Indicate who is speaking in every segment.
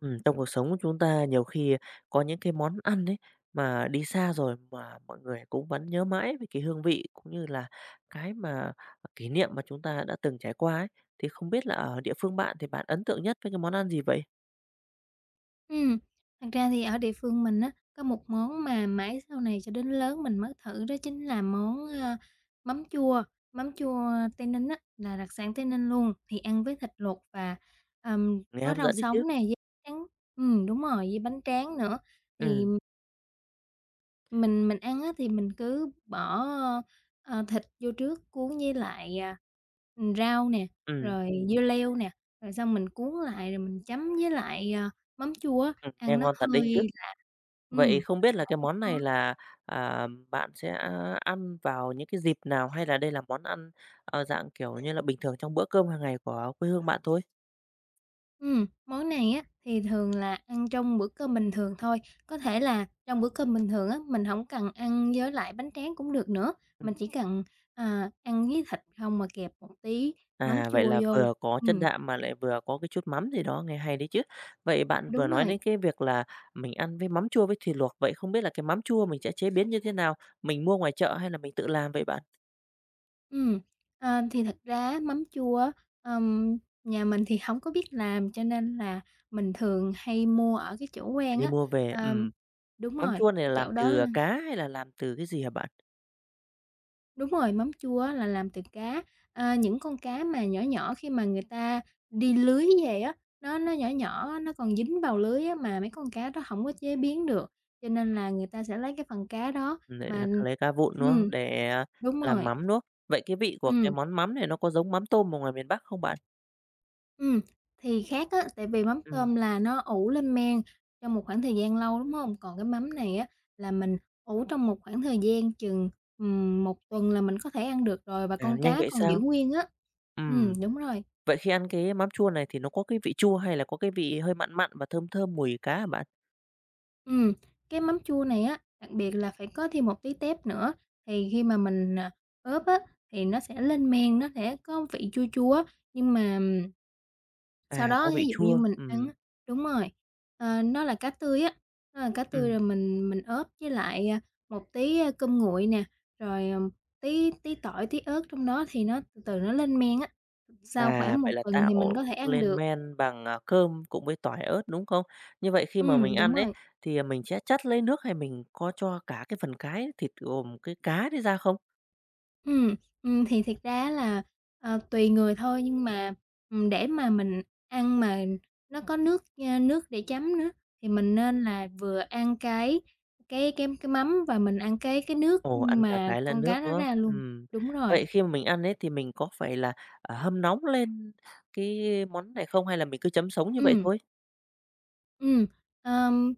Speaker 1: Trong cuộc sống của chúng ta nhiều khi có những cái món ăn ấy mà đi xa rồi mà mọi người cũng vẫn nhớ mãi về cái hương vị cũng như là cái mà kỷ niệm mà chúng ta đã từng trải qua ấy. Thì không biết là ở địa phương bạn thì bạn ấn tượng nhất với cái món ăn gì vậy?
Speaker 2: Ừm, Thật ra thì ở địa phương mình á, có một món mà mãi sau này cho đến lớn mình mới thử đó chính là mắm chua, mắm chua Tây Ninh á, là đặc sản Tây Ninh luôn, thì ăn với thịt luộc và,
Speaker 1: Nghe
Speaker 2: có
Speaker 1: hấp
Speaker 2: rau
Speaker 1: dẫn đấy chứ.
Speaker 2: sống nè, với bánh tráng. Ừm, đúng rồi, với bánh tráng nữa. Thì
Speaker 1: Ừm,
Speaker 2: mình ăn á thì mình cứ bỏ, thịt vô trước cuốn với lại, rau nè,
Speaker 1: ừm,
Speaker 2: rồi dưa leo nè, rồi xong mình cuốn lại rồi mình chấm với lại, mắm chua á,
Speaker 1: Nghe
Speaker 2: ăn nó
Speaker 1: ngon thật đấy chứ.
Speaker 2: hơi lạ.
Speaker 1: Vậy
Speaker 2: Ừm,
Speaker 1: không biết là cái món
Speaker 2: món
Speaker 1: này bạn sẽ ăn vào những cái dịp nào hay là đây là món ăn, dạng, kiểu như là, bình thường trong bữa cơm hàng ngày của quê hương bạn thôi?
Speaker 2: món này á thì thường là ăn trong bữa cơm bình thường thôi, có thể là trong bữa cơm bình thường á, mình không cần ăn với lại bánh tráng cũng được nữa, mình chỉ cần, ăn với thịt không mà kẹp một tí mắm
Speaker 1: À, vậy
Speaker 2: chua
Speaker 1: là
Speaker 2: vô.
Speaker 1: vừa có chất
Speaker 2: Ừm,
Speaker 1: đạm mà lại vừa có cái chút mắm gì đó, nghe hay đấy chứ. Vậy bạn vừa
Speaker 2: đúng
Speaker 1: nói đến
Speaker 2: rồi.
Speaker 1: cái việc là mình ăn với mắm chua với thịt luộc, vậy không biết là cái mắm chua mình sẽ chế biến như thế nào? Mình mua ngoài chợ hay là mình tự làm vậy bạn?
Speaker 2: Ừm, thì thật ra á, mắm chua á, ờm, nhà mình thì hổng có biết làm, cho nên là mình thường hay mua ở cái chỗ
Speaker 1: À,
Speaker 2: quen
Speaker 1: đi
Speaker 2: á.
Speaker 1: mua về.
Speaker 2: Ờm, Đúng
Speaker 1: Mắm
Speaker 2: rồi,
Speaker 1: chua này là
Speaker 2: cái
Speaker 1: làm
Speaker 2: chỗ đó
Speaker 1: từ,
Speaker 2: là
Speaker 1: à, cá hay là làm từ cái gì hả bạn?
Speaker 2: đúng rồi, mắm chua á là làm từ cá, những con cá mà nhỏ nhỏ khi mà người ta đi lưới về á, nó nhỏ nhỏ á, nó còn dính vào lưới á, mà mấy con cá đó hổng có chế biến được, cho nên là người ta sẽ lấy cái phần cá đó
Speaker 1: Lại là
Speaker 2: mà
Speaker 1: lấy cá vụn, đúng không?
Speaker 2: ừm,
Speaker 1: Để
Speaker 2: đúng
Speaker 1: làm
Speaker 2: rồi,
Speaker 1: mắm, đúng không? Vậy cái vị của cái
Speaker 2: ừm.
Speaker 1: món mắm này nó có giống mắm tôm ở ngoài miền Bắc không bạn?
Speaker 2: Ừm, thì khác á, tại vì mắm
Speaker 1: Ừm,
Speaker 2: tôm là nó ủ lên men trong một khoảng thời gian lâu, đúng không? Còn cái mắm này á, là mình ủ trong một khoảng thời gian chừng, 1 tuần là mình có thể ăn được rồi và con
Speaker 1: Nhanh
Speaker 2: cá
Speaker 1: vậy
Speaker 2: còn giữ
Speaker 1: sao?
Speaker 2: nguyên á.
Speaker 1: Ừm,
Speaker 2: Đúng rồi.
Speaker 1: vậy khi ăn cái mắm chua này thì nó có cái vị chua hay là có cái vị hơi mặn mặn và thơm thơm mùi cá hả bạn?
Speaker 2: Ừm, cái mắm chua này á, đặc biệt là phải có thêm một tí tép nữa, thì khi mà mình, ướp á, thì nó sẽ lên men, nó sẽ có vị chua chua á, nhưng mà sau
Speaker 1: À, có
Speaker 2: đó thí
Speaker 1: vị
Speaker 2: dụ như
Speaker 1: chua,
Speaker 2: mình ăn
Speaker 1: ừm,
Speaker 2: á. Đúng rồi, nó là cá tươi á, nó là cá tươi
Speaker 1: ừm.
Speaker 2: rồi mình ướp với lại, một tí, cơm nguội nè, rồi, tí tí tỏi, tí ớt trong đó thì nó từ từ lên men á, sau
Speaker 1: À,
Speaker 2: khoảng
Speaker 1: vậy
Speaker 2: một
Speaker 1: là
Speaker 2: tuần thì mình
Speaker 1: tạo
Speaker 2: có thể ăn
Speaker 1: lên
Speaker 2: được.
Speaker 1: men bằng cơm cùng với tỏi, ớt, đúng không? Như vậy khi mà mình ăn
Speaker 2: Đúng
Speaker 1: ấy,
Speaker 2: rồi.
Speaker 1: thì mình sẽ trắt lấy nước hay mình có cho cả cái phần cái thịt gồm cái cá đấy ra không?
Speaker 2: Ừm, thì thiệt ra á là, tùy người thôi, nhưng mà, để mà mình ăn mà nó có nước, nước để chấm nữa, thì mình nên là vừa ăn cái mắm và mình ăn cái nước
Speaker 1: Ồ, ăn cả
Speaker 2: mà
Speaker 1: cái lẫn
Speaker 2: con
Speaker 1: nước,
Speaker 2: cá
Speaker 1: đúng
Speaker 2: nó
Speaker 1: không?
Speaker 2: ra luôn.
Speaker 1: Ừm.
Speaker 2: Đúng
Speaker 1: Vậy
Speaker 2: rồi.
Speaker 1: khi mà mình ăn ấy thì mình có phải là hâm nóng lên cái món này không hay là mình cứ chấm sống như vậy
Speaker 2: Ừm,
Speaker 1: thôi?
Speaker 2: ừm, ờm,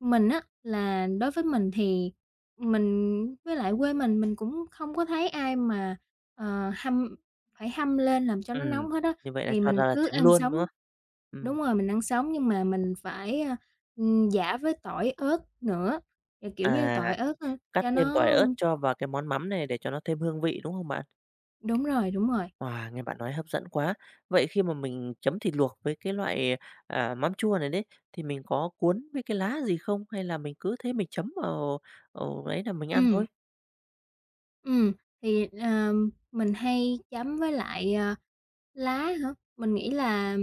Speaker 2: mình á là đối với mình thì mình với lại quê mình cũng không có thấy ai mà, ờ, hâm phải hâm lên làm cho nó
Speaker 1: Ừm,
Speaker 2: nóng hết á,
Speaker 1: như vậy là
Speaker 2: thì
Speaker 1: cho
Speaker 2: mình
Speaker 1: ra là
Speaker 2: cứ
Speaker 1: chấm
Speaker 2: ăn
Speaker 1: luôn,
Speaker 2: sống.
Speaker 1: đúng không? Ừm,
Speaker 2: Đúng rồi, mình ăn sống nhưng mà mình phải, giã với tỏi ớt nữa, kiểu như,
Speaker 1: à,
Speaker 2: tỏi ớt,
Speaker 1: Cắt
Speaker 2: cho
Speaker 1: thêm tỏi,
Speaker 2: nó.
Speaker 1: ớt cho vào cái món mắm này để cho nó thêm hương vị, đúng không bạn?
Speaker 2: Đúng rồi, đúng rồi.
Speaker 1: Wow, nghe bạn nói hấp dẫn quá. Vậy khi mà mình chấm thịt luộc với cái loại mắm chua này đấy, thì mình có cuốn với cái lá gì không? Hay là mình cứ thế mình chấm vào ấy là mình ăn thôi?
Speaker 2: Ừm, ừm, thì, mình hay chấm với lại, lá hả? Mình nghĩ là,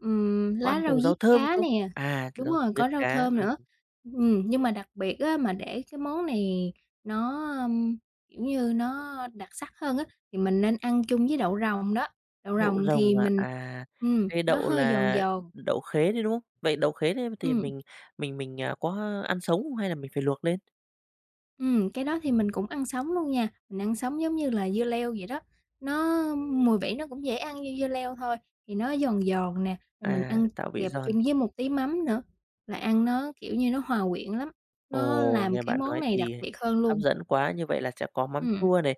Speaker 1: Có
Speaker 2: lá
Speaker 1: ăn
Speaker 2: rau
Speaker 1: cùng rau
Speaker 2: diếp
Speaker 1: thơm
Speaker 2: cá
Speaker 1: không?
Speaker 2: nè,
Speaker 1: À,
Speaker 2: đúng
Speaker 1: rau
Speaker 2: rồi,
Speaker 1: diếp
Speaker 2: có rau
Speaker 1: cá,
Speaker 2: thơm nữa.
Speaker 1: ừm,
Speaker 2: Nhưng mà đặc biệt á, mà để cái món này nó, kiểu như, nó đặc sắc hơn á, thì mình nên ăn chung với đậu rồng đó. Đậu
Speaker 1: đậu
Speaker 2: rồng thì
Speaker 1: rồng à?
Speaker 2: mình
Speaker 1: À, cái
Speaker 2: nó
Speaker 1: đậu
Speaker 2: hơi giòn
Speaker 1: là
Speaker 2: giòn,
Speaker 1: đậu khế đấy, đúng không? Vậy đậu khế đấy thì
Speaker 2: ừm.
Speaker 1: mình có ăn sống không hay là mình phải luộc lên?
Speaker 2: Cái đó thì mình cũng ăn sống luôn nha, mình ăn sống giống như là dưa leo vậy đó, mùi vị nó cũng dễ ăn như dưa leo thôi, thì nó giòn giòn nè, rồi mình
Speaker 1: À,
Speaker 2: ăn
Speaker 1: tạo vị
Speaker 2: kẹp
Speaker 1: giòn.
Speaker 2: chung với một tí mắm nữa là ăn nó, kiểu như, nó hòa quyện lắm, nó
Speaker 1: Ồ,
Speaker 2: làm
Speaker 1: nghe
Speaker 2: cái
Speaker 1: bạn
Speaker 2: món
Speaker 1: nói
Speaker 2: này đặc
Speaker 1: thì
Speaker 2: biệt hơn
Speaker 1: hấp
Speaker 2: luôn.
Speaker 1: dẫn quá, như vậy là sẽ có mắm
Speaker 2: Ừm,
Speaker 1: chua này,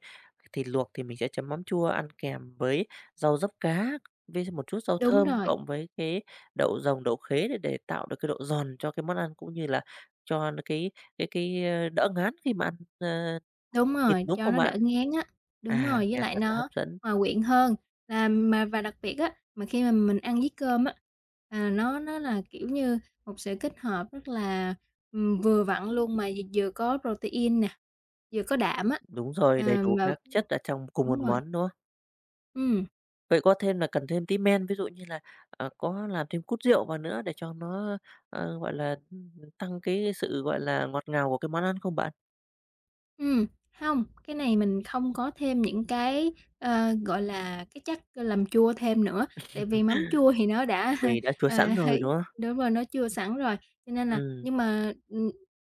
Speaker 1: thịt luộc thì mình sẽ chấm mắm chua ăn kèm với rau diếp cá, với một chút rau
Speaker 2: đúng
Speaker 1: thơm
Speaker 2: rồi.
Speaker 1: cộng với cái đậu rồng, đậu khế để tạo được cái độ giòn cho cái món ăn, cũng như là cho nó cái đỡ ngán khi mà ăn, ơ,
Speaker 2: Đúng
Speaker 1: thịt,
Speaker 2: rồi,
Speaker 1: đúng
Speaker 2: cho
Speaker 1: không
Speaker 2: nó
Speaker 1: bạn?
Speaker 2: đỡ ngán á. Đúng
Speaker 1: À,
Speaker 2: rồi, với
Speaker 1: nghe
Speaker 2: lại
Speaker 1: thật là hấp
Speaker 2: nó
Speaker 1: dẫn.
Speaker 2: hòa quyện hơn. Là mà Và đặc biệt á, mà khi mà mình ăn với cơm á, nó là, kiểu như, một sự kết hợp rất là, vừa vặn luôn mà vừa có protein nè, vừa có đạm á.
Speaker 1: Đúng rồi, đầy
Speaker 2: À,
Speaker 1: đủ
Speaker 2: mà
Speaker 1: các chất ở trong cùng một
Speaker 2: đúng rồi,
Speaker 1: món, đúng không?
Speaker 2: ừ.
Speaker 1: Vậy có thêm là cần thêm tí men, ví dụ như là có làm thêm cút rượu vào nữa để cho nó gọi là, tăng cái sự, gọi là, ngọt ngào của cái món ăn không bạn?
Speaker 2: Ừm, Hông, cái này mình không có thêm những cái, gọi là, cái chất làm chua thêm nữa, tại vì mắm chua thì nó đã,
Speaker 1: Vì đã chua sẵn
Speaker 2: à,
Speaker 1: rồi, đúng
Speaker 2: hơi
Speaker 1: không?
Speaker 2: đúng rồi, nó chua sẵn rồi, cho nên là
Speaker 1: Ừm,
Speaker 2: nhưng mà,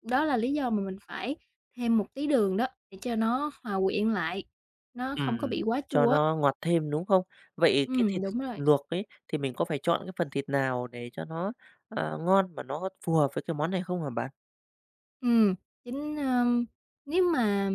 Speaker 2: đó là lý do mà mình phải thêm một tí đường đó, để cho nó hòa quyện lại, nó không có
Speaker 1: ừm,
Speaker 2: bị quá
Speaker 1: cho
Speaker 2: chua á.
Speaker 1: nó ngọt thêm, đúng không? Vậy cái thịt
Speaker 2: Đúng rồi.
Speaker 1: luộc ấy, thì mình có phải chọn cái phần thịt nào để cho nó ngon mà nó phù hợp với cái món này không hả bạn?
Speaker 2: Ừm, chính, ờm, Nếu mà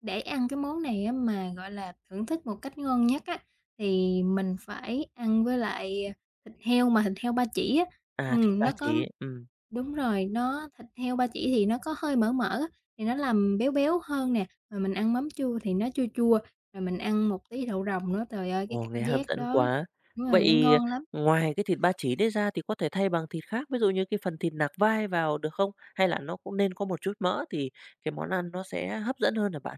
Speaker 2: để ăn cái món này á mà, gọi là, thưởng thức một cách ngon nhất á, thì mình phải ăn với lại, thịt heo ba chỉ á.
Speaker 1: À, thịt ba
Speaker 2: Nó có
Speaker 1: chỉ.
Speaker 2: Đúng rồi, nó thịt heo ba chỉ thì nó có hơi mỡ mỡ á, thì nó làm béo béo hơn nè, rồi mình ăn mắm chua thì nó chua chua, rồi mình ăn một tí đậu rồng nữa, trời ơi, cái
Speaker 1: Ồ, nghe
Speaker 2: cảm
Speaker 1: hấp
Speaker 2: giác
Speaker 1: dẫn
Speaker 2: đó.
Speaker 1: quá.
Speaker 2: Đúng rồi, nó
Speaker 1: Vậy
Speaker 2: ngon lắm.
Speaker 1: ngoài cái thịt ba chỉ đấy ra thì có thể thay bằng thịt khác, ví dụ như cái phần thịt nạc vai vào được không? Hay là nó cũng nên có một chút mỡ thì cái món ăn nó sẽ hấp dẫn hơn là bạn?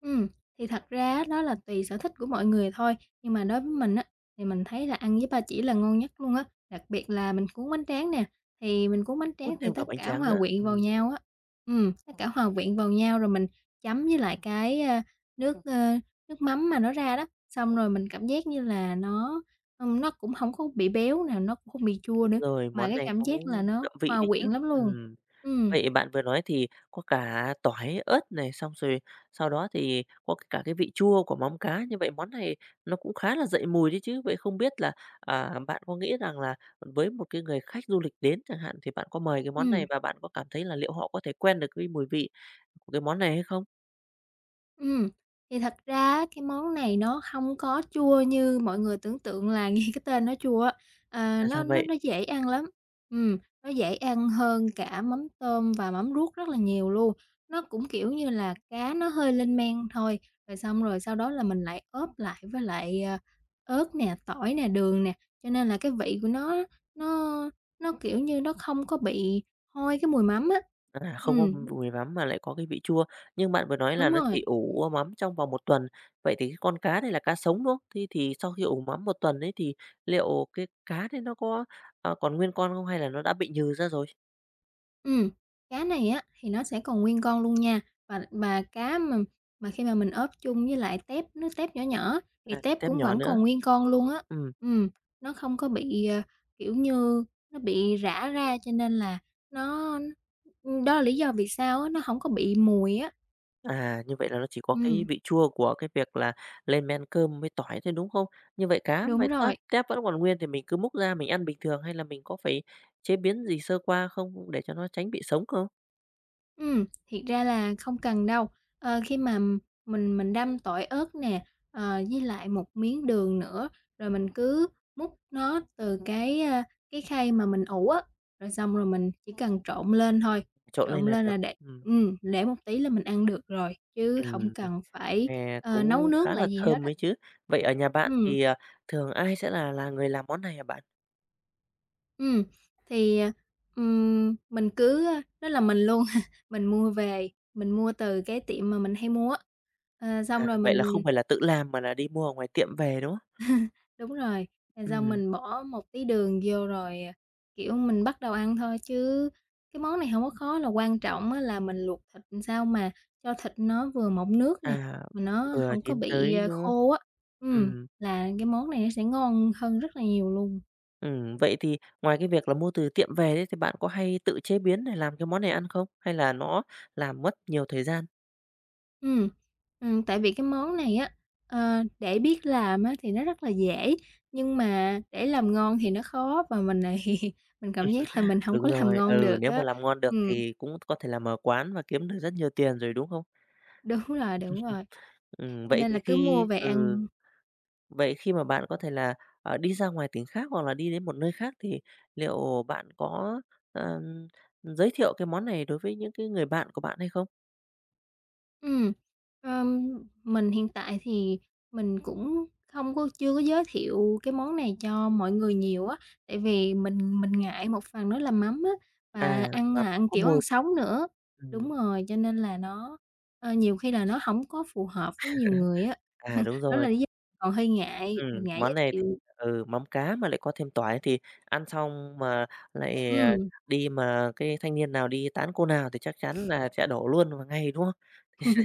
Speaker 2: Ừm, thì thật ra á, đó là tùy sở thích của mọi người thôi, nhưng mà đối với mình á, thì mình thấy là ăn với ba chỉ là ngon nhất luôn á, đặc biệt là mình cuốn bánh tráng nè, thì mình cuốn bánh
Speaker 1: Cuốn
Speaker 2: tráng thì
Speaker 1: thêm cả
Speaker 2: tất
Speaker 1: bánh
Speaker 2: cả
Speaker 1: tráng
Speaker 2: hòa
Speaker 1: nữa.
Speaker 2: quyện vào nhau á, tất cả hòa quyện vào nhau rồi mình chấm với lại cái, nước, ơ, nước mắm mà nó ra đó, xong rồi mình cảm giác như là nó cũng không có bị béo nè, nó cũng không bị chua
Speaker 1: Đúng
Speaker 2: nữa,
Speaker 1: rồi,
Speaker 2: mà
Speaker 1: món
Speaker 2: cái
Speaker 1: này
Speaker 2: cảm giác
Speaker 1: cũng
Speaker 2: là nó
Speaker 1: đậm vị
Speaker 2: hòa
Speaker 1: đấy chứ.
Speaker 2: quyện lắm luôn.
Speaker 1: Ừm.
Speaker 2: Ừm,
Speaker 1: Vậy bạn vừa nói thì có cả tỏi, ớt này, xong rồi sau đó thì có cả cái vị chua của móng cá, như vậy món này nó cũng khá là dậy mùi đấy chứ. Vậy không biết là bạn có nghĩ rằng là với một cái người khách du lịch đến chẳng hạn, thì bạn có mời cái món này
Speaker 2: ừm.
Speaker 1: và bạn có cảm thấy là liệu họ có thể quen được cái mùi vị của cái món này hay không?
Speaker 2: Ừm, thì thật ra á, cái món này nó không có chua như mọi người tưởng tượng là nghe cái tên nó chua á,
Speaker 1: Là
Speaker 2: nó
Speaker 1: sao
Speaker 2: nó
Speaker 1: vậy?
Speaker 2: nó dễ ăn lắm. Nó dễ ăn hơn cả mắm tôm và mắm ruốc rất là nhiều luôn. Nó cũng, kiểu như là, cá nó hơi lên men thôi, rồi xong rồi sau đó là mình lại ốp lại với lại, ớt nè, tỏi nè, đường nè, cho nên là cái vị của nó nó, kiểu như, nó không có bị hôi cái mùi mắm á.
Speaker 1: À, không có
Speaker 2: Ừm,
Speaker 1: mùi mắm mà lại có cái vị chua. Nhưng bạn vừa nói là
Speaker 2: đúng
Speaker 1: nó chỉ
Speaker 2: rồi.
Speaker 1: ủ mắm trong vòng một tuần, vậy thì cái con cá này là cá sống, đúng không? Thế thì sau khi ủ mắm một tuần ấy thì liệu cái cá đấy nó có còn nguyên con không hay là nó đã bị nhừ ra rồi?
Speaker 2: Ừm, Cá này á, thì nó sẽ còn nguyên con luôn nha, và cá mà khi mà mình ốp chung với lại tép, nước tép nhỏ nhỏ thì
Speaker 1: À,
Speaker 2: tép
Speaker 1: tép
Speaker 2: cũng
Speaker 1: nhỏ
Speaker 2: vẫn
Speaker 1: nữa.
Speaker 2: còn nguyên con luôn á.
Speaker 1: Ừm,
Speaker 2: Ừm, nó không có bị, kiểu như, nó bị rã ra cho nên là nó đó là lý do vì sao á, nó hổng có bị mùi á.
Speaker 1: Như vậy là nó chỉ có cái
Speaker 2: Ừm,
Speaker 1: vị chua của cái việc là lên men cơm với tỏi thôi, đúng không? Như vậy cá
Speaker 2: đúng
Speaker 1: với táp
Speaker 2: rồi.
Speaker 1: tép vẫn còn nguyên thì mình cứ múc ra mình ăn bình thường hay là mình có phải chế biến gì sơ qua không để cho nó tránh bị sống không?
Speaker 2: Thiệt ra là không cần đâu. Khi mà mình đâm tỏi ớt nè, với lại một miếng đường nữa, rồi mình cứ múc nó từ cái, cái khay mà mình ủ á, rồi xong rồi mình chỉ cần trộn lên thôi,
Speaker 1: Trộn lên
Speaker 2: trộn
Speaker 1: là
Speaker 2: lên
Speaker 1: được.
Speaker 2: là để ừm, để một tí là mình ăn được rồi, chứ không
Speaker 1: Ừm.
Speaker 2: cần phải,
Speaker 1: Nè,
Speaker 2: nấu
Speaker 1: cũng
Speaker 2: nước
Speaker 1: khá là
Speaker 2: lại gì hết
Speaker 1: thơm
Speaker 2: á.
Speaker 1: ấy chứ. Vậy ở nhà bạn thì thường ai sẽ là người làm món này hả bạn?
Speaker 2: Ừm, thì, à, mình cứ đó là mình luôn, mình mua về, mình mua từ cái tiệm mà mình hay mua á. Xong
Speaker 1: À,
Speaker 2: rồi
Speaker 1: vậy là không phải là tự làm mà là đi mua ở ngoài tiệm về, đúng không?
Speaker 2: đúng rồi, rồi xong
Speaker 1: Ừm,
Speaker 2: mình bỏ một tí đường vô rồi, kiểu, mình bắt đầu ăn thôi, chứ cái món này hông có khó. Là quan trọng á là mình luộc thịt làm sao mà cho thịt nó vừa mọng nước nè,
Speaker 1: à,
Speaker 2: mà nó
Speaker 1: Vừa
Speaker 2: hổng có
Speaker 1: chín
Speaker 2: bị,
Speaker 1: tới, đúng không?
Speaker 2: khô á. Ừm,
Speaker 1: Ừm,
Speaker 2: là cái món này nó sẽ ngon hơn rất là nhiều luôn.
Speaker 1: vậy thì ngoài cái việc là mua từ tiệm về đấy thì bạn có hay tự chế biến để làm cái món này ăn không? Hay là nó làm mất nhiều thời gian?
Speaker 2: Ừm, Tại vì cái món này á, để biết làm á thì nó rất là dễ, nhưng mà để làm ngon thì nó khó và mình lại mình cảm giác là mình hổng
Speaker 1: Đúng
Speaker 2: có làm
Speaker 1: rồi,
Speaker 2: ngon
Speaker 1: ừ,
Speaker 2: được
Speaker 1: nếu mà
Speaker 2: á.
Speaker 1: làm ngon được
Speaker 2: Ừm,
Speaker 1: thì cũng có thể làm ở quán và kiếm được rất nhiều tiền rồi, đúng không?
Speaker 2: đúng rồi,
Speaker 1: Ừm,
Speaker 2: cho
Speaker 1: vậy
Speaker 2: nên
Speaker 1: thì
Speaker 2: là cứ mua
Speaker 1: khi
Speaker 2: về
Speaker 1: ừ.
Speaker 2: ăn.
Speaker 1: Vậy khi mà bạn có thể là đi ra ngoài tỉnh khác hoặc là đi đến một nơi khác thì liệu bạn có, ờm, giới thiệu cái món này đối với những cái người bạn của bạn hay không?
Speaker 2: Ừm, ờm, mình hiện tại thì mình cũng không có chưa có giới thiệu cái món này cho mọi người nhiều á, tại vì mình ngại một phần đó là mắm á, và
Speaker 1: À,
Speaker 2: ăn,
Speaker 1: mắm
Speaker 2: à, ăn,
Speaker 1: có
Speaker 2: kiểu, ăn
Speaker 1: mùi
Speaker 2: sống nữa. Đúng
Speaker 1: ừm,
Speaker 2: rồi, cho nên là nó, nhiều khi là nó không có phù hợp với nhiều người á.
Speaker 1: đúng
Speaker 2: Đó
Speaker 1: rồi,
Speaker 2: là lý do còn hơi ngại, mình ngại
Speaker 1: món
Speaker 2: giới
Speaker 1: này thì
Speaker 2: thiệu.
Speaker 1: ừ, mắm cá mà lại có thêm tỏi thì ăn xong mà lại,
Speaker 2: Ừm,
Speaker 1: đi mà cái thanh niên nào đi tán cô nào thì chắc chắn là sẽ đổ luôn vào ngay, đúng không?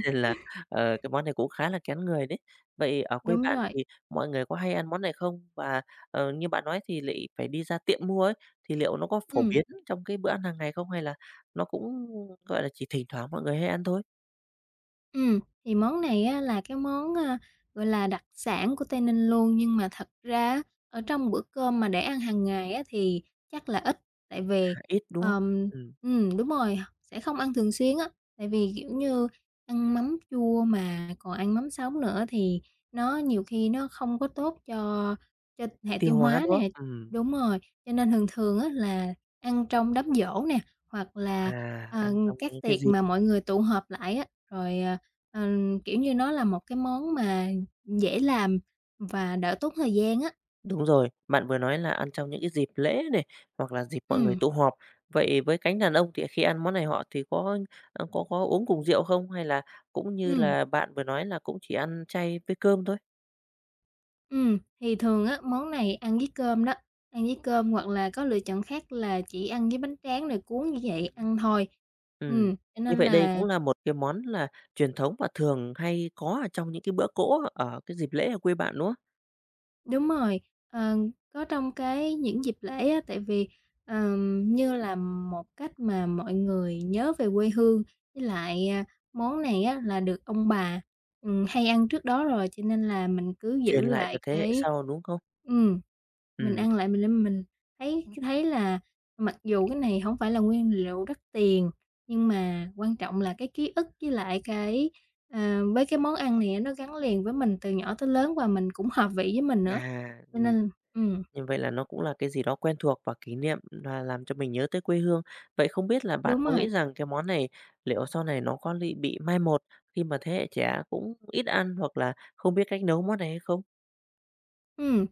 Speaker 1: Nên là cái món này cũng khá là kén người đấy. Vậy ở quê
Speaker 2: đúng
Speaker 1: bạn
Speaker 2: rồi,
Speaker 1: thì mọi người có hay ăn món này không? Và, như bạn nói thì lại phải đi ra tiệm mua ấy, thì liệu nó có phổ
Speaker 2: ừm.
Speaker 1: biến trong cái bữa ăn hàng ngày không hay là nó cũng, gọi là, chỉ thỉnh thoảng mọi người hay ăn thôi?
Speaker 2: Ừm, thì món này á là cái gọi là, đặc sản của Tây Ninh luôn, nhưng mà thật ra á, ở trong bữa cơm mà để ăn hàng ngày á thì chắc là ít, tại vì,
Speaker 1: À, ít, đúng không?
Speaker 2: ờm
Speaker 1: Ừm,
Speaker 2: đúng rồi, sẽ không ăn thường xuyên á, tại vì, kiểu như, ăn mắm chua mà còn ăn mắm sống nữa thì nó nhiều khi nó không có tốt cho hệ tiêu
Speaker 1: tiêu hóa,
Speaker 2: hóa
Speaker 1: đúng không?
Speaker 2: nè. Đúng rồi, cho nên thường thường á là ăn trong đám giỗ nè, hoặc
Speaker 1: À,
Speaker 2: là, ờ,
Speaker 1: ăn trong
Speaker 2: các
Speaker 1: cái
Speaker 2: tiệc
Speaker 1: dịp.
Speaker 2: mà mọi người tụ họp lại á, rồi, ờ Kiểu như, nó là một cái món mà dễ làm và đỡ tốn thời gian á.
Speaker 1: Đúng rồi, bạn vừa nói là ăn trong những cái dịp lễ này hoặc là dịp mọi người
Speaker 2: Ừm,
Speaker 1: tụ họp. Vậy với cánh đàn ông thì khi ăn món này họ thì có ờ, có uống cùng rượu không hay là cũng như
Speaker 2: ừm,
Speaker 1: là bạn vừa nói là cũng chỉ ăn chay với cơm thôi?
Speaker 2: thì thường á, món này ăn với cơm đó, ăn với cơm hoặc là có lựa chọn khác là chỉ ăn với bánh tráng rồi cuốn như vậy ăn thôi.
Speaker 1: Ừm,
Speaker 2: Cho
Speaker 1: như
Speaker 2: nên
Speaker 1: vậy đây cũng
Speaker 2: là.
Speaker 1: là một cái món là truyền thống và thường hay có ở trong những cái bữa cỗ ở cái dịp lễ ở quê bạn, đúng không?
Speaker 2: Đúng rồi, ờ, có trong cái những dịp lễ á, tại vì, như là một cách mà mọi người nhớ về quê hương, với lại, món này á là được ông bà, hay ăn trước đó rồi, cho nên là mình cứ
Speaker 1: Truyền
Speaker 2: giữ
Speaker 1: lại cho
Speaker 2: lại
Speaker 1: thế hệ
Speaker 2: cái
Speaker 1: sau, đúng không?
Speaker 2: ừm, mình
Speaker 1: Ừm,
Speaker 2: ăn lại mình thấy thấy là mặc dù cái này không phải là nguyên liệu đắt tiền nhưng mà quan trọng là cái ký ức với lại cái, với cái món ăn này á, nó gắn liền với mình từ nhỏ tới lớn và mình cũng hợp vị với mình nữa,
Speaker 1: à,
Speaker 2: cho nên
Speaker 1: như vậy là nó cũng là cái gì đó quen thuộc và kỷ niệm là làm cho mình nhớ tới quê hương. Vậy không biết là bạn
Speaker 2: đúng
Speaker 1: có nghĩ
Speaker 2: rồi.
Speaker 1: rằng cái món này liệu sau này nó có bị mai một khi mà thế hệ trẻ cũng ít ăn hoặc là không biết cách nấu món này hay không?
Speaker 2: Ừm,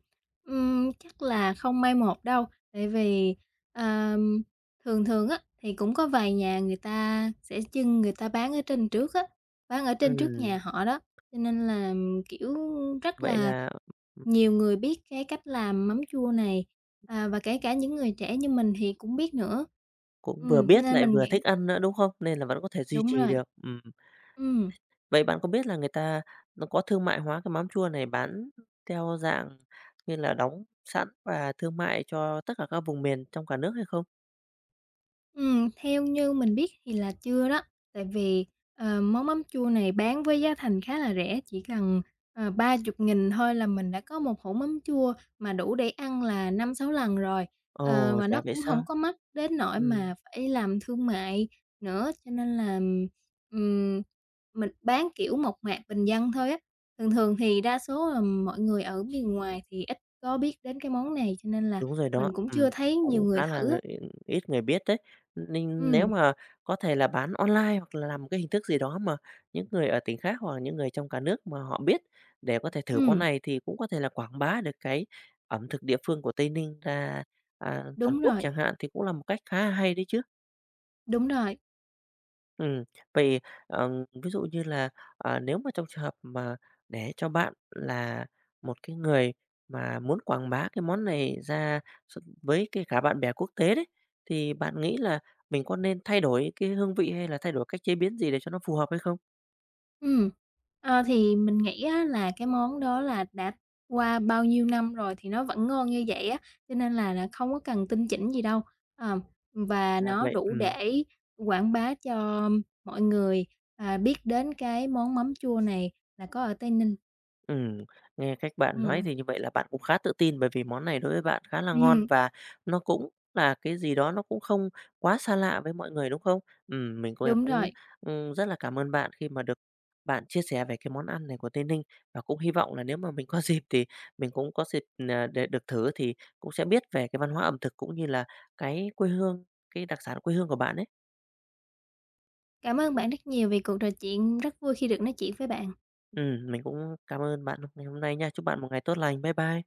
Speaker 2: Chắc là không may một đâu, tại vì, ờm, thường thường á, thì cũng có vài nhà người ta bán ở trên trước á, bán ở trên trước
Speaker 1: Ừm,
Speaker 2: nhà họ đó, cho nên là, kiểu, rất
Speaker 1: vậy
Speaker 2: là
Speaker 1: là,
Speaker 2: nhiều người biết cái cách làm mắm chua này, và kể cả những người trẻ như mình thì cũng biết nữa.
Speaker 1: cũng vừa biết
Speaker 2: Nên
Speaker 1: lại
Speaker 2: mình
Speaker 1: vừa thích
Speaker 2: nghĩ
Speaker 1: ăn nữa, đúng không? Nên là vẫn có thể duy
Speaker 2: đúng
Speaker 1: trì
Speaker 2: rồi.
Speaker 1: được. Ừm,
Speaker 2: Ừm.
Speaker 1: vậy bạn có biết là người ta nó có thương mại hóa cái mắm chua này bán theo dạng như là đóng sẵn và thương mại cho tất cả các vùng miền trong cả nước hay không?
Speaker 2: Theo như mình biết thì là chưa đó, tại vì, món mắm chua này bán với giá thành khá là rẻ, chỉ cần, 30.000 thôi là mình đã có một hũ mắm chua mà đủ để ăn là năm sáu lần rồi.
Speaker 1: Ồ,
Speaker 2: Mà
Speaker 1: thế
Speaker 2: nó
Speaker 1: à, vậy
Speaker 2: cũng
Speaker 1: sao?
Speaker 2: không có mắc đến nỗi
Speaker 1: Ừ.
Speaker 2: mà phải làm thương mại nữa, cho nên là, ừm, mình bán, kiểu, mộc mạc bình dân thôi á. Thường thường thì đa số là mọi người ở miền ngoài thì ít có biết đến cái món này, cho nên là
Speaker 1: Đúng rồi đó,
Speaker 2: mình cũng chưa
Speaker 1: ừm,
Speaker 2: thấy nhiều
Speaker 1: cũng
Speaker 2: người
Speaker 1: khá là
Speaker 2: thử á.
Speaker 1: người ít người biết đấy. Nên nếu
Speaker 2: Ừm,
Speaker 1: mà có thể là bán online hoặc là làm một cái hình thức gì đó mà những người ở tỉnh khác hoặc là những người trong cả nước mà họ biết để có thể thử món
Speaker 2: ừm.
Speaker 1: này thì cũng có thể là quảng bá được cái ẩm thực địa phương của Tây Ninh ra, toàn
Speaker 2: Đúng
Speaker 1: quốc
Speaker 2: rồi,
Speaker 1: chẳng hạn thì cũng là một cách khá là hay đấy chứ.
Speaker 2: đúng rồi.
Speaker 1: Ừ vậy, ờm, ví dụ như là, nếu mà trong trường hợp mà để cho bạn là một cái người mà muốn quảng bá cái món này ra với cái cả bạn bè quốc tế đấy, thì bạn nghĩ là mình có nên thay đổi cái hương vị hay là thay đổi cách chế biến gì để cho nó phù hợp hay không?
Speaker 2: Ừ. Thì mình nghĩ á là cái món đó là đã qua bao nhiêu năm rồi thì nó vẫn ngon như vậy á, cho nên là không có cần tinh chỉnh gì đâu. Ờ, và
Speaker 1: Dạ
Speaker 2: nó
Speaker 1: vậy,
Speaker 2: đủ
Speaker 1: Ừ.
Speaker 2: để quảng bá cho mọi người, biết đến cái món mắm chua này là có ở Tây Ninh.
Speaker 1: Ừm, nghe cách bạn nói
Speaker 2: Ừm,
Speaker 1: thì như vậy là bạn cũng khá tự tin bởi vì món này đối với bạn khá là ngon
Speaker 2: ừm,
Speaker 1: và nó cũng là cái gì đó nó cũng không quá xa lạ với mọi người, đúng không? Mình cũng
Speaker 2: đúng
Speaker 1: cũng,
Speaker 2: rồi.
Speaker 1: rất là cảm ơn bạn khi mà được bạn chia sẻ về cái món ăn này của Tây Ninh và cũng hy vọng là nếu mà mình có dịp thì mình cũng có dịp để được thử thì cũng sẽ biết về cái văn hóa ẩm thực cũng như là cái quê hương, cái đặc sản quê hương của bạn ấy.
Speaker 2: Cảm ơn bạn rất nhiều vì cuộc trò chuyện, rất vui khi được nói chuyện với bạn.
Speaker 1: Mình cũng cảm ơn bạn ngày hôm nay nha. Chúc bạn một ngày tốt lành. Bye bye.